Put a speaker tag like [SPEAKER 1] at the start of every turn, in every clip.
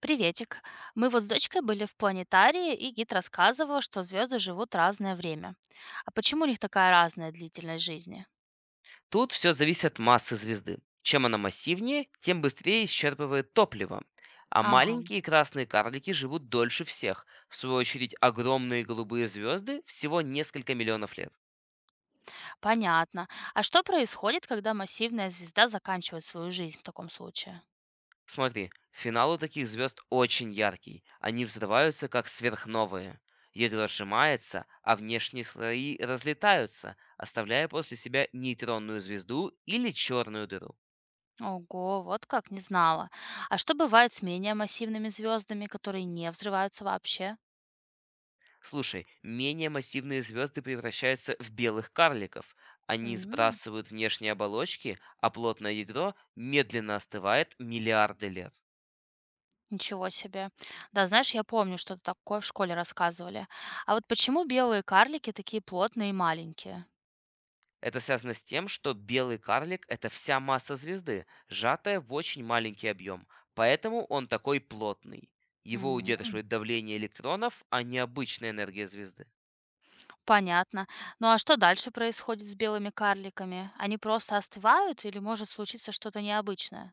[SPEAKER 1] Приветик. Мы вот с дочкой были в планетарии, и гид рассказывал, что звезды живут разное время. А почему у них такая разная длительность жизни?
[SPEAKER 2] Тут все зависит от массы звезды. Чем она массивнее, тем быстрее исчерпывает топливо. А
[SPEAKER 1] Ага,
[SPEAKER 2] маленькие красные карлики живут дольше всех. В свою очередь, огромные голубые звезды всего несколько миллионов лет.
[SPEAKER 1] понятно. А что происходит, когда массивная звезда заканчивает свою жизнь в таком случае?
[SPEAKER 2] Смотри, финал у таких звезд очень яркий. Они взрываются как сверхновые. Ядро сжимается, а внешние слои разлетаются, оставляя после себя нейтронную звезду или черную дыру.
[SPEAKER 1] Ого, вот как, не знала. А что бывает с менее массивными звездами, которые не взрываются вообще?
[SPEAKER 2] Слушай, менее массивные звезды превращаются в белых карликов. Они
[SPEAKER 1] М,
[SPEAKER 2] сбрасывают внешние оболочки, а плотное ядро медленно остывает миллиарды лет.
[SPEAKER 1] ничего себе. Да, знаешь, я помню, что такое в школе рассказывали. А вот почему белые карлики такие плотные и маленькие?
[SPEAKER 2] Это связано с тем, что белый карлик– это вся масса звезды, сжатая в очень маленький объем, поэтому он такой плотный. Его удерживает давление электронов, а не обычная энергия звезды.
[SPEAKER 1] Понятно. Ну а что дальше происходит с белыми карликами? Они просто остывают или может случиться что-то необычное?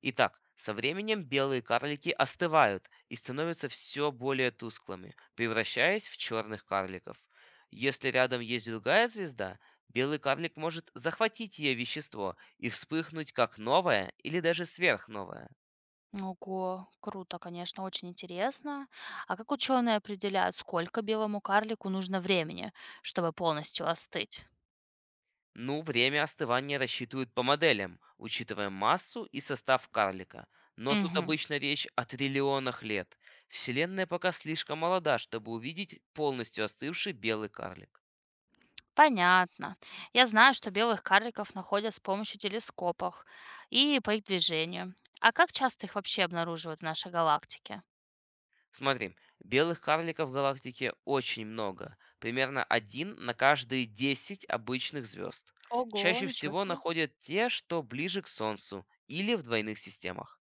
[SPEAKER 2] Итак, со временем белые карлики остывают и становятся все более тусклыми, превращаясь в черных карликов. Если рядом есть другая звезда, белый карлик может захватить ее вещество и вспыхнуть как новое или даже сверхновое.
[SPEAKER 1] Ого, круто, конечно, очень интересно. А как ученые определяют, сколько белому карлику нужно времени, чтобы полностью остыть?
[SPEAKER 2] Ну, время остывания рассчитывают по моделям, учитывая массу и состав карлика. Но тут
[SPEAKER 1] Мгм.
[SPEAKER 2] обычно речь о триллионах лет. Вселенная пока слишком молода, чтобы увидеть полностью остывший белый карлик.
[SPEAKER 1] Понятно. Я знаю, что белых карликов находят с помощью телескопов и по их движению. А как часто их вообще обнаруживают в нашей галактике?
[SPEAKER 2] Смотри, белых карликов в галактике очень много, примерно один на каждые 10 обычных звезд.
[SPEAKER 1] Ого,
[SPEAKER 2] Чаще
[SPEAKER 1] ничего
[SPEAKER 2] всего
[SPEAKER 1] себе.
[SPEAKER 2] находят те, что ближе к Солнцу или в двойных системах.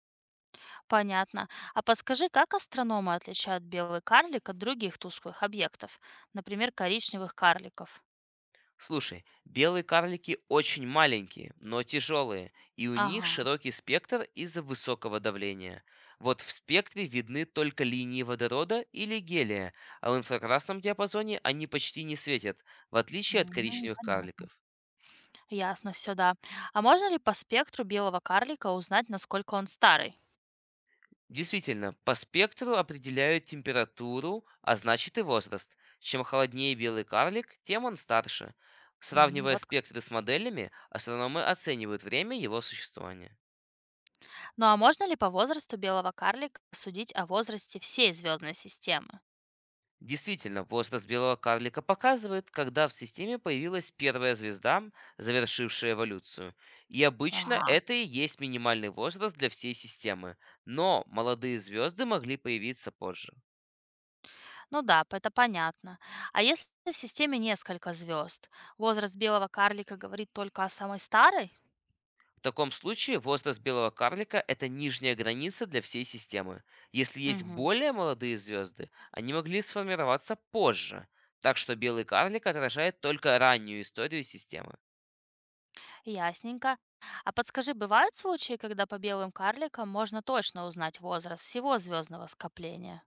[SPEAKER 1] Понятно. А подскажи, как астрономы отличают белый карлик от других тусклых объектов, например, коричневых карликов?
[SPEAKER 2] Слушай, белые карлики очень маленькие, но тяжелые, и у них
[SPEAKER 1] Ага,
[SPEAKER 2] широкий спектр из-за высокого давления. Вот в спектре видны только линии водорода или гелия, а в инфракрасном диапазоне они почти не светят, в отличие от
[SPEAKER 1] мгм,
[SPEAKER 2] коричневых
[SPEAKER 1] понятно.
[SPEAKER 2] карликов.
[SPEAKER 1] Ясно, все, да. А можно ли по спектру белого карлика узнать, насколько он старый?
[SPEAKER 2] Действительно, по спектру определяют температуру, а значит и возраст. Чем холоднее белый карлик, тем он старше.
[SPEAKER 1] М,
[SPEAKER 2] Сравнивая
[SPEAKER 1] вот как.
[SPEAKER 2] спектры с моделями, астрономы оценивают время его существования.
[SPEAKER 1] Ну а можно ли по возрасту белого карлика судить о возрасте всей звездной системы?
[SPEAKER 2] Действительно, возраст белого карлика показывает, когда в системе появилась первая звезда, завершившая эволюцию. И обычно
[SPEAKER 1] Ага,
[SPEAKER 2] это и есть минимальный возраст для всей системы, но молодые звезды могли появиться позже.
[SPEAKER 1] ну да, это понятно. А если в системе несколько звезд, возраст белого карлика говорит только о самой старой?
[SPEAKER 2] В таком случае возраст белого карлика– это нижняя граница для всей системы. Если есть
[SPEAKER 1] Мгм.
[SPEAKER 2] более молодые звезды, они могли сформироваться позже. Так что белый карлик отражает только раннюю историю системы.
[SPEAKER 1] Ясненько. А подскажи, бывают случаи, когда по белым карликам можно точно узнать возраст всего звездного скопления?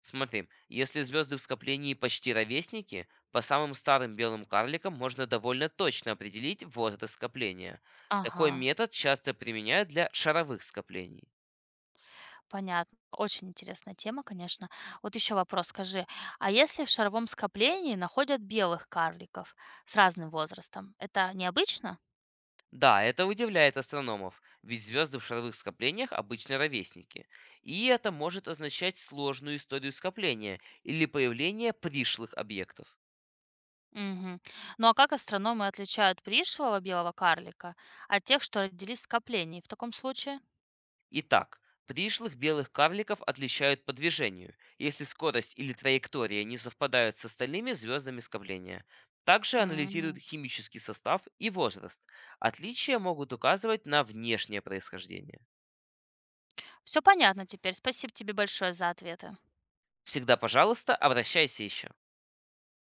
[SPEAKER 2] Смотри, если звезды в скоплении почти ровесники, по самым старым белым карликам можно довольно точно определить возраст скопления.
[SPEAKER 1] Ага,
[SPEAKER 2] Такой метод часто применяют для шаровых скоплений.
[SPEAKER 1] понятно. Очень интересная тема, конечно. Вот еще вопрос скажи, а если в шаровом скоплении находят белых карликов с разным возрастом, это необычно?
[SPEAKER 2] Да, это удивляет астрономов, ведь звезды в шаровых скоплениях обычно ровесники. И это может означать сложную историю скопления или появление пришлых объектов.
[SPEAKER 1] Угу. Ну а как астрономы отличают пришлого белого карлика от тех, что родились в скоплении в таком случае?
[SPEAKER 2] Итак, пришлых белых карликов отличают по движению, если скорость или траектория не совпадают с остальными звездами скопления. Также анализируют химический состав и возраст. Отличия могут указывать на внешнее происхождение.
[SPEAKER 1] Все понятно теперь. Спасибо тебе большое за ответы.
[SPEAKER 2] Всегда, пожалуйста, обращайся еще.